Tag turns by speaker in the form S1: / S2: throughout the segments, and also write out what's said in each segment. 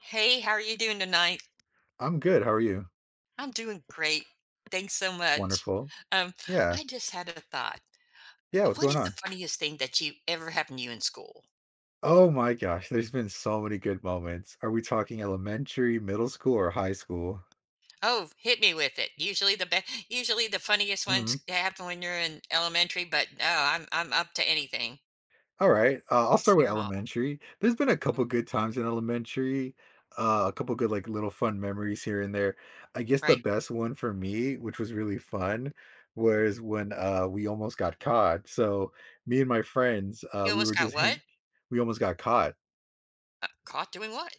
S1: Hey, how are you doing tonight?
S2: I'm good, how are you?
S1: I'm doing great. Thanks so
S2: It's
S1: much.
S2: wonderful.
S1: Um,
S2: Yeah.
S1: I just had a thought.
S2: Yeah, what's
S1: What
S2: going
S1: is the
S2: on?
S1: funniest thing that you ever happened to you in school?
S2: Oh my gosh, there's been so many good moments. Are we talking elementary, middle school, or high school?
S1: Oh, hit me with it. Usually the funniest ones
S2: Mhm.
S1: happen when you're in elementary, but no, I'm up to anything.
S2: Alright, I'll
S1: Let's
S2: start with
S1: hear 'em all.
S2: elementary. There's been a
S1: Okay.
S2: couple good times in elementary, a couple good, little fun memories here and there. I guess the
S1: Right?
S2: best one for me, which was really fun, was when, we almost got caught. So, me and my friends,
S1: You
S2: we
S1: almost
S2: were
S1: got
S2: just hang
S1: what?
S2: we almost got caught.
S1: Caught doing what?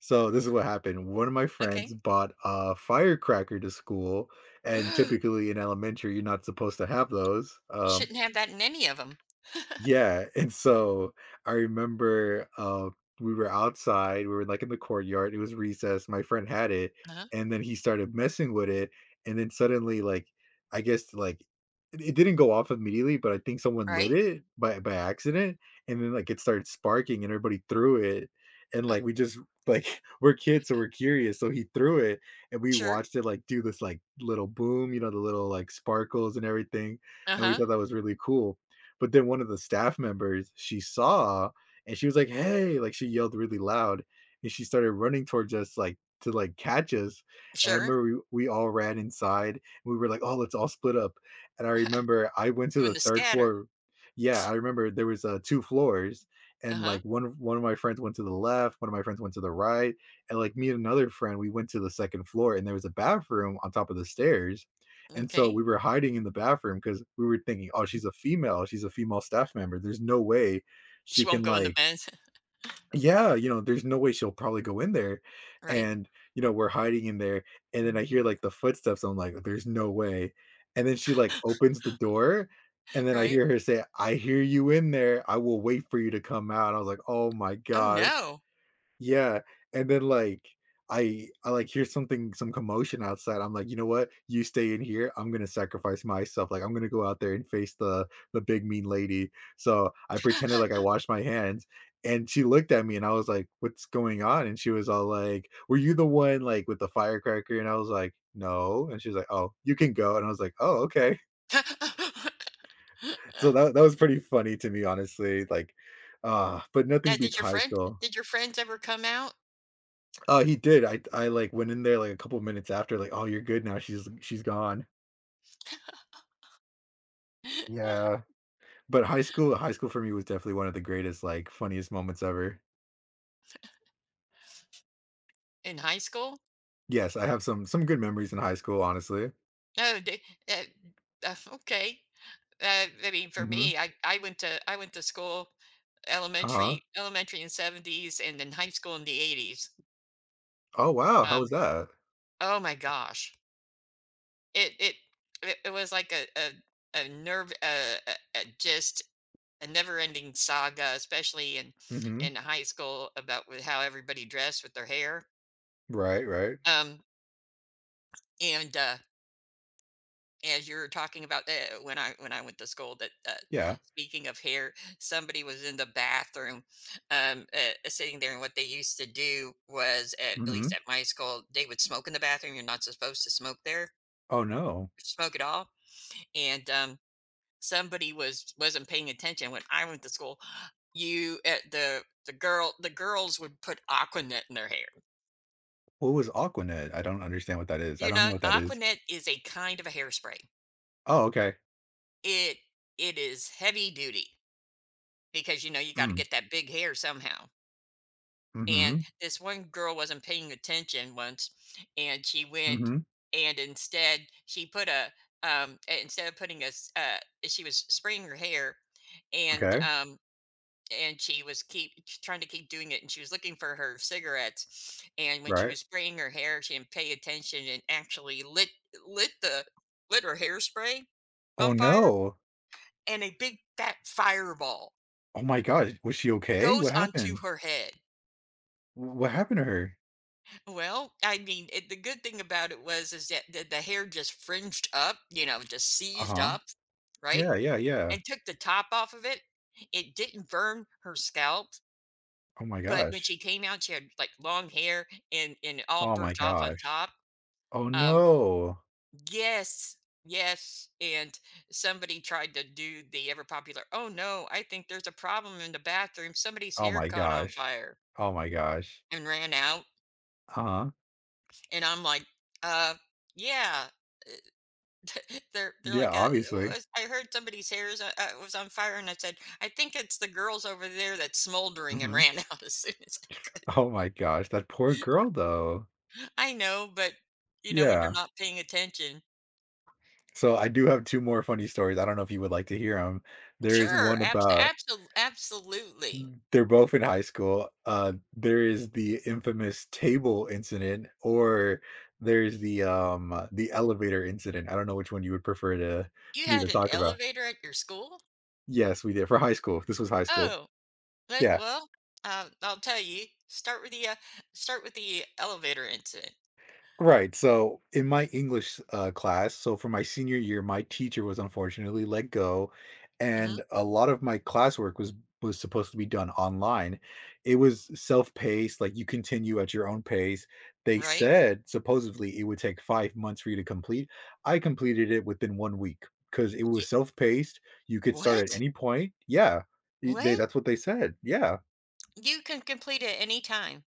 S2: So this is what happened. One of my friends
S1: Okay.
S2: bought a firecracker to school, and typically in elementary, you're not supposed to have those.
S1: Shouldn't have that in any of them.
S2: Yeah, and so I remember, we were outside, we were, in the courtyard, it was recess, my friend had it,
S1: Uh-huh.
S2: and then he started messing with it, and then suddenly, I guess, like, it didn't go off immediately, but I think someone lit
S1: Right?
S2: it by accident, and then, like, it started sparking, and everybody threw it, and,
S1: Uh,
S2: like, we just like, we're kids, so we're curious, so he threw it, and we
S1: sure.
S2: watched it, like, do this, like, little boom, you know, the little, like, sparkles and everything, and we
S1: Uh-huh.
S2: thought that was really cool. But then one of the staff members she saw and she was like, "Hey!" Like she yelled really loud and she started running towards us like to like catch us. And I
S1: Sure.
S2: remember we all ran inside and we were like, "Oh, let's all split up." And I remember I went to
S1: Doing
S2: the
S1: the
S2: third
S1: scatter.
S2: floor. Yeah, I remember there was two floors and
S1: Uh-huh.
S2: like one of my friends went to the left, one of my friends went to the right, and like me and another friend we went to the second floor and there was a bathroom on top of the stairs and so we
S1: Okay.
S2: were hiding in the bathroom because we were thinking, oh, she's a female. She's a female staff member. There's no way she
S1: She
S2: can,
S1: won't go in the
S2: like,
S1: vents,
S2: yeah, you know, there's no way she'll probably go in there.
S1: right?
S2: And, you know, we're hiding in there. And then I hear like the footsteps. I'm like, there's no way. And then she like opens the door. And then I
S1: Right?
S2: hear her say, I hear you in there. I will wait for you to come out. I was like, oh my
S1: Oh,
S2: gosh.
S1: no.
S2: Yeah, and then, like, like, hear some commotion outside, I'm like, "You know what? You stay in here, I'm gonna sacrifice myself, like, I'm gonna go out there and face the big mean lady." So, I pretended like I washed my hands, and she looked at me, and I was like, "What's going on?" And she was all like, "Were you the one, like, with the firecracker?" And I was like, "No," and she was like, "Oh, you can go," and I was like, "Oh, okay." So, that was pretty funny to me, honestly, like, ah, but
S1: Now,
S2: nothing beats high school.
S1: did your friends ever come out
S2: He did. Like, went in there, like, a couple minutes after, like, "Oh, you're good now, she's gone." Yeah. But high school for me was definitely one of the greatest, like, funniest moments ever.
S1: in high school?
S2: Yes, I have some good memories in high school, honestly.
S1: No, they uh, okay. I mean, for
S2: Mhm.
S1: me, I went to school
S2: Uh-huh.
S1: elementary in 70s and then high school in the 80s.
S2: Oh, wow, how was
S1: Um,
S2: that?
S1: oh my gosh. It it it was like a nerve, just a never-ending saga, especially in
S2: Mhm.
S1: in high school, about with how everybody dressed with their hair.
S2: Right, right.
S1: Um, and as you were talking about that, when I went to school, that
S2: Yeah.
S1: speaking of hair, somebody was in the bathroom, sitting there, and what they used to do was, at least
S2: Mhm.
S1: at my school, they would smoke in the bathroom. You're not supposed to smoke there,
S2: Oh, no.
S1: smoke at all, and somebody wasn't paying attention when I went to school. You at the girls would put Aquanet in their hair.
S2: What was Aquanet? I don't understand what that is. I
S1: You
S2: don't know
S1: know,
S2: what that is.
S1: Aquanet is a kind of a hairspray.
S2: Oh, okay.
S1: It it is heavy duty because you know you got to
S2: Mm.
S1: get that big hair somehow. And
S2: Mhm.
S1: this one girl wasn't paying attention once, and she went
S2: Mhm.
S1: and instead she put a- instead of putting a s- she was spraying her hair and
S2: Okay.
S1: um and she was keep trying to keep doing it and she was looking for her cigarettes and when she
S2: Right.
S1: was spraying her hair she didn't pay attention and actually lit the lit her hairspray
S2: Oh,
S1: on fire
S2: no.
S1: and a big fat fireball
S2: Oh my god. Was she okay?
S1: goes
S2: What
S1: onto
S2: happened?
S1: her head.
S2: Wh what happened to her?
S1: Well, I mean it, the good thing about it was is that the hair just fringed up, just seized
S2: Uh-huh.
S1: up, right,
S2: Yeah, yeah, yeah.
S1: and took the top off of it. It didn't burn her scalp.
S2: Oh my
S1: But when
S2: gosh.
S1: she came out, she had like long hair and all
S2: Oh my
S1: burnt off on
S2: gosh.
S1: top.
S2: Oh
S1: Um,
S2: no.
S1: yes, yes. And somebody tried to do the ever popular, oh no, I think there's a problem in the bathroom. Somebody's
S2: Oh
S1: hair
S2: my
S1: caught on
S2: gosh.
S1: fire
S2: Oh my gosh.
S1: and ran out.
S2: Uh-huh.
S1: And I'm like, uh, yeah, they're
S2: Yeah,
S1: like uh
S2: obviously.
S1: "Was- I heard somebody's hair was on fire, and I said, I think it's the girls over there that's smoldering and
S2: Mhm.
S1: ran out as soon as.
S2: Oh my gosh, that poor girl though.
S1: I know, but you know when you're
S2: Yeah.
S1: not paying attention.
S2: So I do have 2 more funny stories. I don't know if you would like to hear them. There is
S1: Sure,
S2: one
S1: abs
S2: about
S1: absolu absolutely.
S2: they're both in high school. There is the infamous table incident, or there's the elevator incident. I don't know which one you would prefer to
S1: You
S2: me to
S1: had an
S2: talk about.
S1: elevator at your school?
S2: Yes, we did for high school. This was high school.
S1: Oh, but
S2: Yeah,
S1: well, I'll tell you, start with the elevator incident.
S2: right. So in my English, class, so for my senior year, my teacher was unfortunately let go, and
S1: Mhm,
S2: a lot of my classwork was supposed to be done online. It was self-paced, like, you continue at your own pace. They
S1: right?
S2: said supposedly it would take 5 months for you to complete. I completed it within 1 week because it was
S1: Ye
S2: self-paced. You could start at
S1: What?
S2: any point. Yeah, y they
S1: What?
S2: that's what they said. Yeah.
S1: You can complete it any time.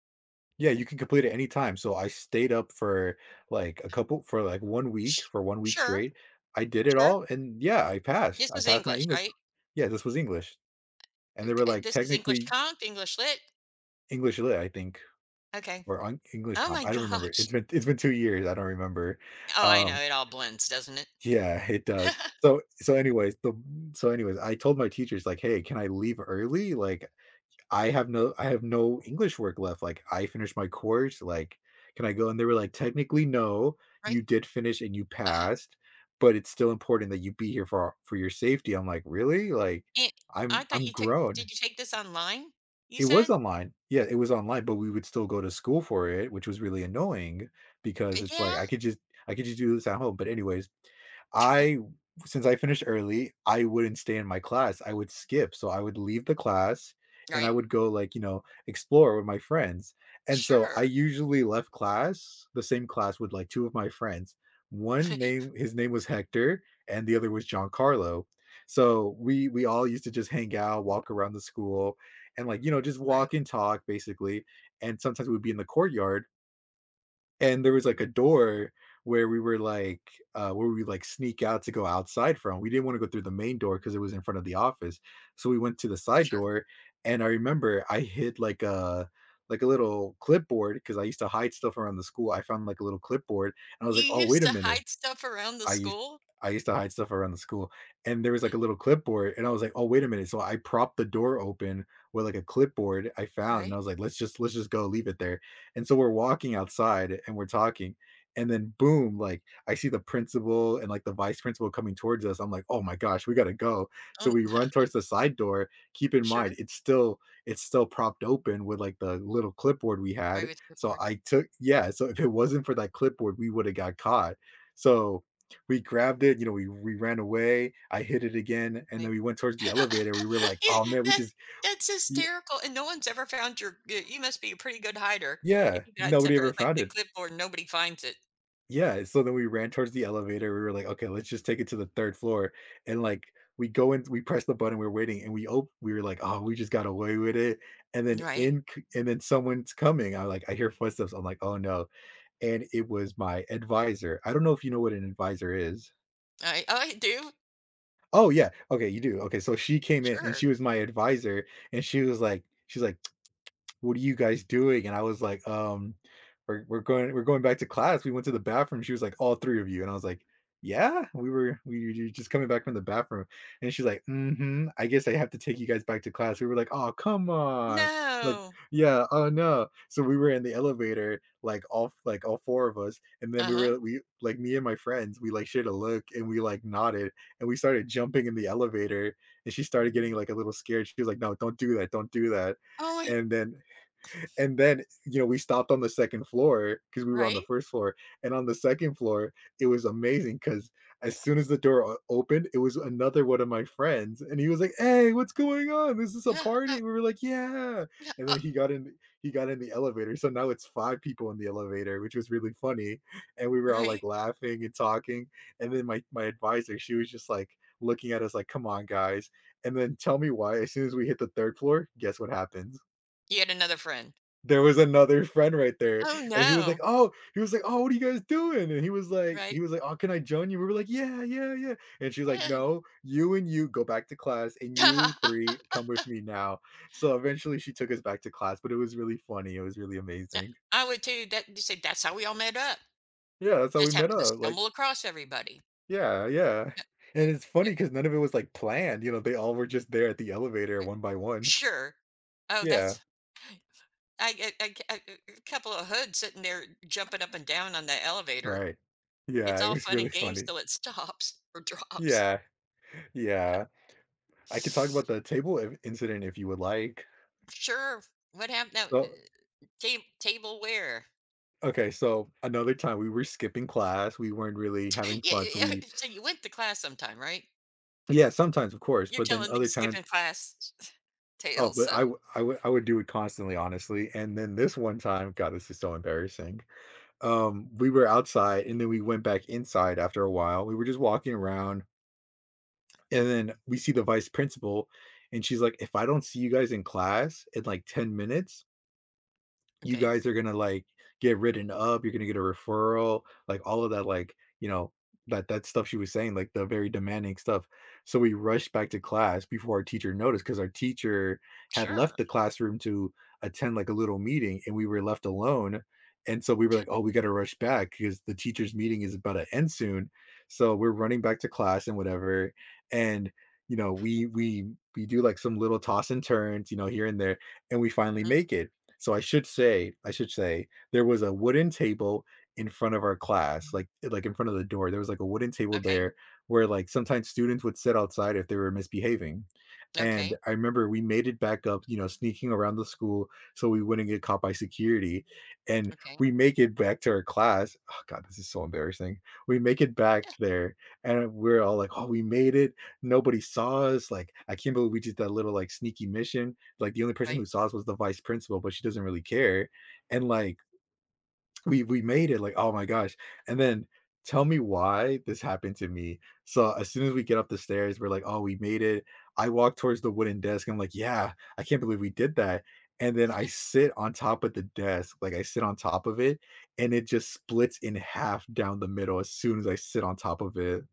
S2: Yeah, you can complete it anytime. So I stayed up for like 1 week,
S1: Sh
S2: for 1 week
S1: Sure,
S2: straight. I did it
S1: sure.
S2: all, and yeah, I passed.
S1: This
S2: I
S1: was
S2: passed my
S1: English,
S2: English.
S1: right?
S2: Yeah, this was English. And they were
S1: Okay,
S2: like
S1: this is English
S2: technically
S1: Comp, English Lit?
S2: English Lit, I think,
S1: Okay.
S2: or on English
S1: Oh
S2: Comp.
S1: my
S2: I don't remember.
S1: gosh.
S2: It's been 2 years. I don't remember.
S1: Oh, I know,
S2: Um,
S1: it all blends, doesn't it?
S2: yeah, it does. So so anyways, the so anyways, I told my teachers like, "Hey, can I leave early? Like, I have no English work left. Like I finished my course, like can I go?" And they were like, technically no, you
S1: Right?
S2: did finish and you
S1: Uh
S2: passed, but it's still important that you be here for your safety. I'm like, really? Like
S1: And I
S2: I'm
S1: thought
S2: I'm
S1: you took
S2: grown.
S1: did you take this online, you
S2: It was
S1: said?
S2: online. Yeah, it was online, but we would still go to school for it, which was really annoying because it's like
S1: Yeah.
S2: I could just do this at home. But anyways, I since I finished early, I wouldn't stay in my class. I would skip. So I would leave the class and I
S1: Right.
S2: would go like, you know, explore with my friends. And so I
S1: Sure.
S2: usually left class, the same class with like two of my friends. One name his name was Hector and the other was Giancarlo. So we all used to just hang out, walk around the school, and like you know just
S1: Right.
S2: walk and talk basically, and sometimes we'd be in the courtyard, and there was like a door where we were like where we like sneak out to go outside from. We didn't want to go through the main door because it was in front of the office, so we went to the side
S1: Sure.
S2: door. And I remember I hid like a little clipboard, because I used to hide stuff around the school. I found like a little clipboard and I was
S1: You
S2: like, oh
S1: used
S2: wait a
S1: to
S2: minute.
S1: hide stuff around the
S2: I used
S1: school,
S2: I used to hide stuff around the school, and there was like a little clipboard, and I was like, "Oh, wait a minute!" So I propped the door open with like a clipboard I found, and I
S1: right?
S2: was like, "Let's just go leave it there." And so we're walking outside and we're talking, and then boom, like I see the principal and like the vice principal coming towards us. I'm like, "Oh my gosh, we gotta go!" So
S1: Oh,
S2: we run towards the side door. Keep in
S1: sure.
S2: mind, it's still propped open with like the little clipboard we
S1: Right
S2: had.
S1: with the
S2: So
S1: board.
S2: I took yeah. So if it wasn't for that clipboard, we would have got caught. So we grabbed it, you know, we ran away, I hit it again, and then
S1: Right.
S2: we went towards the elevator, we were like, "Oh,
S1: Yeah,
S2: man, we
S1: that
S2: just."
S1: that's
S2: Ye
S1: hysterical, and no one's ever found you must be a pretty good hider
S2: Yeah,
S1: if you got
S2: nobody ever
S1: separate like,
S2: found
S1: the
S2: it.
S1: clipboard, nobody finds it.
S2: Yeah, so then we ran towards the elevator, we were like, "Okay, let's just take it to the 3rd floor," and, like, we go in, we press the button, we're waiting, and we were like, "Oh, we just got away with it," and then
S1: Right.
S2: in c and then someone's coming, like I hear footsteps, I'm like, "Oh, no," and it was my advisor. I don't know if you know what an advisor is.
S1: I do.
S2: Oh, yeah. Okay, you do. Okay, so she came in and
S1: Sure.
S2: she was my advisor, and she was like she's like, what are you guys doing? And I was like, we're going back to class. We went to the bathroom. She was like, all three of you. And I was like, yeah, we were just coming back from the bathroom. And she's like, mm-hmm, I guess I have to take you guys back to class. We were like, oh, come on. Like,
S1: No.
S2: yeah, oh no. So we were in the elevator, like all four of us. And then we
S1: Uh-huh.
S2: were we like me and my friends, we like shared a look and we like nodded and we started jumping in the elevator. And she started getting like a little scared. She was like, "No, don't do that, don't do that,"
S1: Oh, wait.
S2: and then and then we stopped on the second floor because we were on the
S1: Right?
S2: first floor. And on the second floor, it was amazing because as soon as the door opened, it was another one of my friends. And he was like, "Hey, what's going on? This is a
S1: Yeah.
S2: party." We were like, "Yeah."
S1: Yeah,
S2: And then he got in the elevator. So now it's five people in the elevator, which was really funny. And we were all like
S1: right?
S2: laughing and talking. And then my advisor, she was just like looking at us like, "Come on, guys." And then tell me why, as soon as we hit the third floor, guess what happens?
S1: You had another friend.
S2: There was another friend right there,
S1: Oh,
S2: and he was like,
S1: no.
S2: "Oh," he was like, "Oh, what are you guys doing?" And he was like he
S1: Right?
S2: was like, "Oh, can I join you?" We were like, "Yeah, yeah, yeah." And she's like,
S1: Eh.
S2: "No, you and you go back to class, and
S1: Yeah.
S2: you three come with me now." So eventually, she took us back to class, but it was really funny. It was really amazing.
S1: I would too. That you say, "That's how we all met up.
S2: Yeah, that's how we
S1: Just
S2: met
S1: happened to
S2: up. Like,
S1: stumble across everybody."
S2: yeah, yeah.
S1: Uh,
S2: And it's funny
S1: uh,
S2: because none of it was, like, planned, you know, they all were just there at the elevator one by one.
S1: sure. Oh,
S2: Yeah,
S1: that's I a couple of hoods sitting there jumping up and down on the elevator.
S2: right. Yeah,
S1: It's
S2: it
S1: all
S2: was
S1: fun
S2: really
S1: and games
S2: funny.
S1: till it stops or drops.
S2: Yeah, yeah. I could talk about the table incident if you would like.
S1: Sure. What happened now?
S2: So,
S1: Ta tableware.
S2: okay, so another time we were skipping class. We weren't really having
S1: Yeah,
S2: fun.
S1: yeah,
S2: So
S1: yeah.
S2: we,
S1: So you went to class sometime, right?
S2: yeah, sometimes of course,
S1: You're
S2: but then
S1: telling me
S2: other times,
S1: skipping class
S2: oh,
S1: tales,
S2: but I,
S1: so
S2: w- I would, I would do it constantly, honestly. And then this one time, God, this is so embarrassing. We were outside, and then we went back inside after a while. We were just walking around, and then we see the vice principal, and she's like, "If I don't see you guys in class in like 10 minutes, you
S1: okay.
S2: guys are gonna like get written up, you're gonna get a referral, like all of that, like, you know, that stuff she was saying, like the very demanding stuff." So we rushed back to class before our teacher noticed because our teacher had left
S1: Sure.
S2: the classroom to attend like a little meeting and we were left alone. And so we were like, "Oh, we gotta rush back because the teacher's meeting is about to end soon." So we're running back to class and whatever. And you know, we do like some little toss and turns, you know, here and there, and we finally
S1: Mhm.
S2: make it. So I should say there was a wooden table in front of our class, like eh, like, in front of the door. There was, like, a wooden table
S1: Okay.
S2: there where, like, sometimes students would sit outside if they were misbehaving, and
S1: Okay.
S2: I remember we made it back up, you know, sneaking around the school so we wouldn't get caught by security, and
S1: Okay.
S2: we make it back to our class. Oh god, this is so embarrassing. We make it back
S1: Yeah,
S2: there, and we're all like, "Oh, we made it. Nobody saw us." Like, "I can't believe we did that little, like, sneaky mission." Like, the only person who
S1: right.
S2: saw us was the vice principal, but she doesn't really care. And like we made it, like, oh my gosh. And then tell me why this happened to me. So as soon as we get up the stairs, we're like, "Oh, we made it." I walk towards the wooden desk. I'm like, "Yeah, I can't believe we did that." And then I sit on top of the desk, like I sit on top of it, and it just splits in half down the middle as soon as I sit on top of it,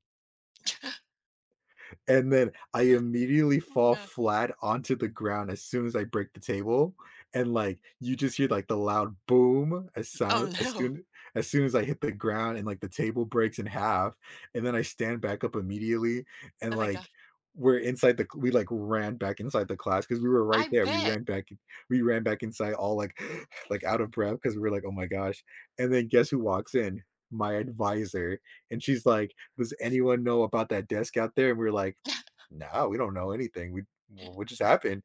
S2: and then I immediately
S1: Oh,
S2: fall
S1: no.
S2: flat onto the ground as soon as I break the table, and like you just hear like the loud boom as
S1: Oh,
S2: sound as
S1: no.
S2: soon as soon as I hit the ground, and like the table breaks in half, and then I stand back up immediately, and
S1: Oh my god.
S2: like we like ran back inside the class because we were right
S1: I
S2: there. We
S1: bet.
S2: ran back we ran back inside all like like out of breath because we were like, "Oh my gosh." And then guess who walks in? My advisor. And she's like, "Does anyone know about that desk out there?" And we are like, "No, we don't know anything. We, what just happened?"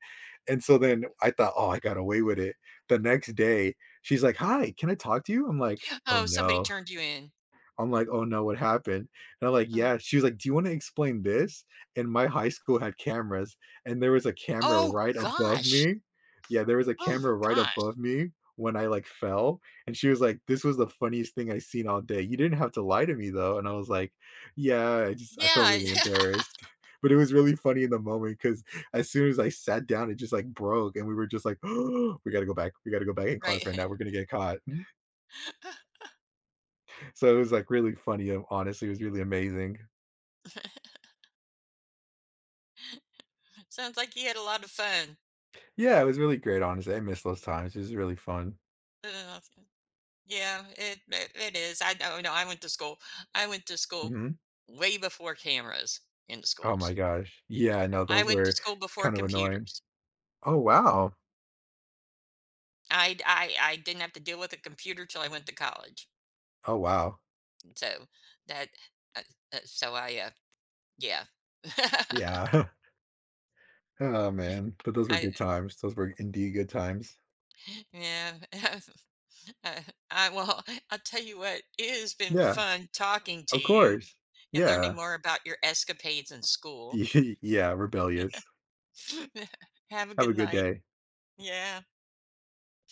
S2: And so then I thought, "Oh, I got away with it." The next day, she's like, "Hi, can I talk to you?" I'm like, "Oh,
S1: Oh, somebody
S2: no."
S1: turned you in.
S2: I'm like, "Oh no, what happened?" And I'm like,
S1: Uh,
S2: "Yeah." She was like, "Do you wanna explain this?" And my high school had cameras, and there was a camera
S1: oh
S2: right above
S1: gosh.
S2: me. Yeah, there was a
S1: Oh my
S2: camera right
S1: gosh.
S2: above me when I, like, fell, and she was like, "This was the funniest thing I seen all day. You didn't have to lie to me, though." And I was like, "Yeah, I felt
S1: Yeah.
S2: really embarrassed." But it was really funny in the moment because as soon as I sat down, it just, like, broke, and we were just like, "We gotta go back. We gotta go back in class right now.
S1: Right.
S2: We're gonna get caught." So it was, like, really funny, honestly, it was really amazing.
S1: Sounds like you had a lot of fun.
S2: Yeah, it was really great, honestly. I miss those times. It was really fun.
S1: Uh, yeah, it is. I know. No, I went to school.
S2: Mhm.
S1: Way before cameras in the
S2: Oh my
S1: schools.
S2: gosh. Yeah, no,
S1: I
S2: those
S1: went to
S2: were
S1: school before
S2: kind of annoying.
S1: computers.
S2: Oh, wow.
S1: I d- I didn't have to deal with a computer till I went to college.
S2: Oh, wow.
S1: So that, uh, so I, yeah.
S2: Yeah. Oh, man. But those were
S1: I
S2: good times. Those were indeed good times.
S1: Yeah. uh, I, well, I'll tell you what, it has been
S2: Yeah,
S1: fun talking to
S2: of
S1: you
S2: course.
S1: and
S2: Yeah.
S1: learning more about your escapades in school.
S2: Yeah, rebellious.
S1: Have a
S2: Have a
S1: good
S2: good
S1: night.
S2: day.
S1: Yeah.